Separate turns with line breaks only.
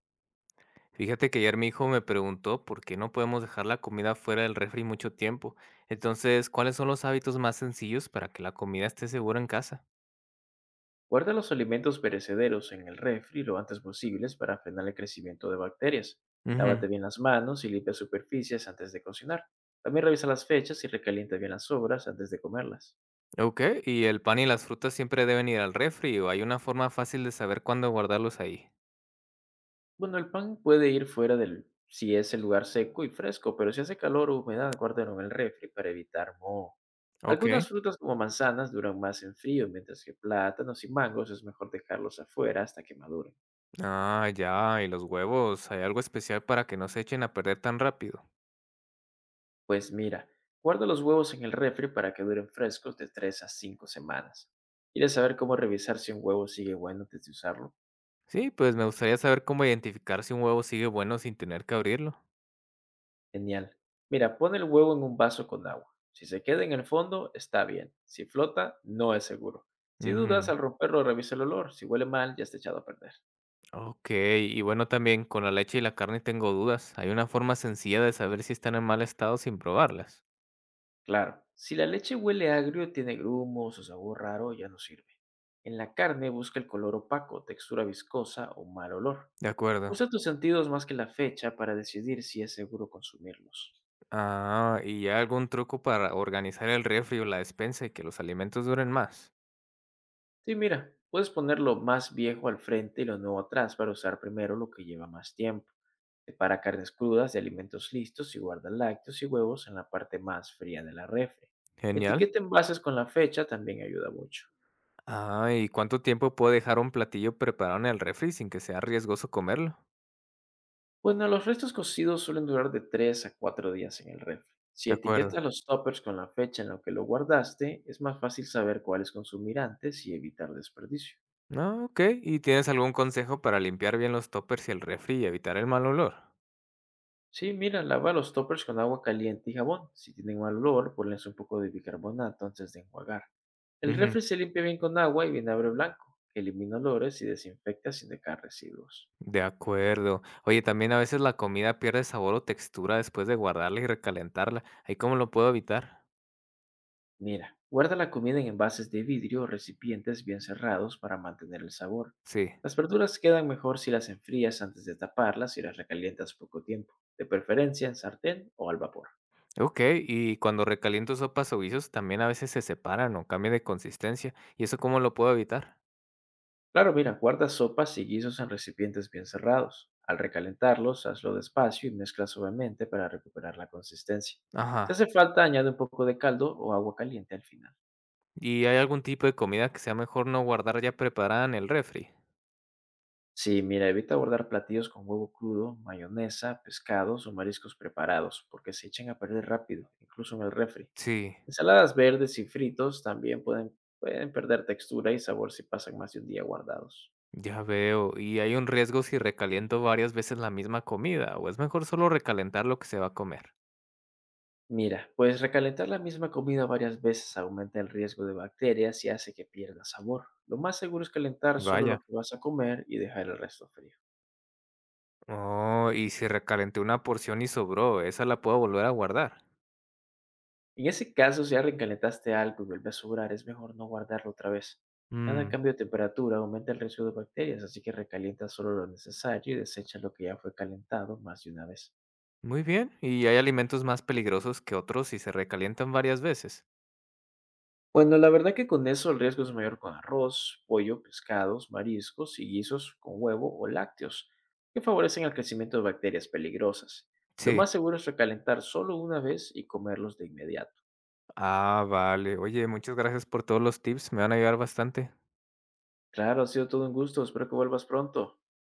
Fíjate que ayer mi hijo me preguntó por qué no podemos dejar la comida fuera del refri mucho tiempo. Entonces, ¿cuáles son los hábitos más sencillos para que la comida esté segura en casa?
Guarda los alimentos perecederos en el refri lo antes posible para frenar el crecimiento de bacterias.
Ujú.
Lávate bien las manos y limpia superficies antes de cocinar. También revisa las fechas y recalienta bien las sobras antes de comerlas.
Ok, ¿y el pan y las frutas siempre deben ir al refri o hay una forma fácil de saber cuándo guardarlos ahí?
Bueno, el pan puede ir fuera del si es el lugar seco y fresco, pero si hace calor o humedad, guárdalo en el refri para evitar moho.
Ok.
Algunas frutas como manzanas duran más en frío, mientras que plátanos y mangos es mejor dejarlos afuera hasta que maduren.
Ah, ya, ¿y los huevos? ¿Hay algo especial para que no se echen a perder tan rápido?
Pues mira, guarda los huevos en el refri para que duren frescos de 3 a 5 semanas. ¿Quieres saber cómo revisar si un huevo sigue bueno antes de usarlo?
Sí, pues me gustaría saber cómo identificar si un huevo sigue bueno sin tener que abrirlo.
Genial. Mira, pon el huevo en un vaso con agua. Si se queda en el fondo, está bien. Si flota, no es seguro. Si dudas,
Ujú.
al romperlo revisa el olor. Si huele mal, ya está echado a perder.
Ok, y bueno, también con la leche y la carne tengo dudas. Hay una forma sencilla de saber si están en mal estado sin probarlas.
Claro, si la leche huele agrio, tiene grumos o sabor raro, ya no sirve. En la carne busca el color opaco, textura viscosa o mal olor.
De acuerdo.
Usa tus sentidos más que la fecha para decidir si es seguro consumirlos.
Ah, ¿y hay algún truco para organizar el refri o la despensa y que los alimentos duren más?
Sí, mira, puedes poner lo más viejo al frente y lo nuevo atrás para usar primero lo que lleva más tiempo. Separa carnes crudas de alimentos listos y guarda lácteos y huevos en la parte más fría de la refri.
Genial.
Etiqueta envases con la fecha también ayuda mucho.
Ah, ¿y cuánto tiempo puedo dejar un platillo preparado en el refri sin que sea riesgoso comerlo?
Bueno, los restos cocidos suelen durar de 3 a 4 días en el refri. Si
De acuerdo.
etiquetas los toppers con la fecha en la que lo guardaste, es más fácil saber cuáles consumir antes y evitar desperdicio.
No, ok. ¿Y tienes algún consejo para limpiar bien los toppers y el refri y evitar el mal olor?
Sí, mira, lava los toppers con agua caliente y jabón. Si tienen mal olor, ponles un poco de bicarbonato antes de enjuagar. El refri se limpia bien con agua y vinagre blanco, que elimina olores y desinfecta sin dejar residuos.
De acuerdo. Oye, también a veces la comida pierde sabor o textura después de guardarla y recalentarla. ¿Ahí cómo lo puedo evitar?
Mira, guarda la comida en envases de vidrio o recipientes bien cerrados para mantener el sabor.
Sí.
Las verduras quedan mejor si las enfrías antes de taparlas y las recalientas poco tiempo, de preferencia en sartén o al vapor.
Ok, y cuando recaliento sopas o guisos, también a veces se separan o cambian de consistencia. ¿Y eso cómo lo puedo evitar?
Claro, mira, guarda sopas y guisos en recipientes bien cerrados. Al recalentarlos, hazlo despacio y mezcla suavemente para recuperar la consistencia. Si
Ajá.
hace falta, añade un poco de caldo o agua caliente al final.
¿Y hay algún tipo de comida que sea mejor no guardar ya preparada en el refri?
Sí, mira, evita guardar platillos con huevo crudo, mayonesa, pescados o mariscos preparados, porque se echan a perder rápido, incluso en el refri.
Sí,
Ensaladas verdes y fritos también pueden perder textura y sabor si pasan más de un día guardados.
ya veo. ¿Y hay un riesgo si recaliento varias veces la misma comida? ¿O es mejor solo recalentar lo que se va a comer?
Mira, pues recalentar la misma comida varias veces aumenta el riesgo de bacterias y hace que pierda sabor. Lo más seguro es calentar solo
Vaya.
lo que vas a comer y dejar el resto frío.
Oh, y si recalenté una porción y sobró, ¿esa la puedo volver a guardar?
En ese caso, si ya recalentaste algo y vuelve a sobrar, es mejor no guardarlo otra vez. Cada
Mm,
cambio de temperatura aumenta el riesgo de bacterias, así que recalienta solo lo necesario y desecha lo que ya fue calentado más de una vez.
muy bien. ¿Y hay alimentos más peligrosos que otros si se recalientan varias veces?
Bueno, la verdad que con eso el riesgo es mayor con arroz, pollo, pescados, mariscos y guisos con huevo o lácteos, que favorecen el crecimiento de bacterias peligrosas. Lo
Sí.
más seguro es recalentar solo una vez y comerlos de inmediato.
Ah, vale. Oye, muchas gracias por todos los tips, me van a ayudar bastante.
Claro, ha sido todo un gusto, espero que vuelvas pronto.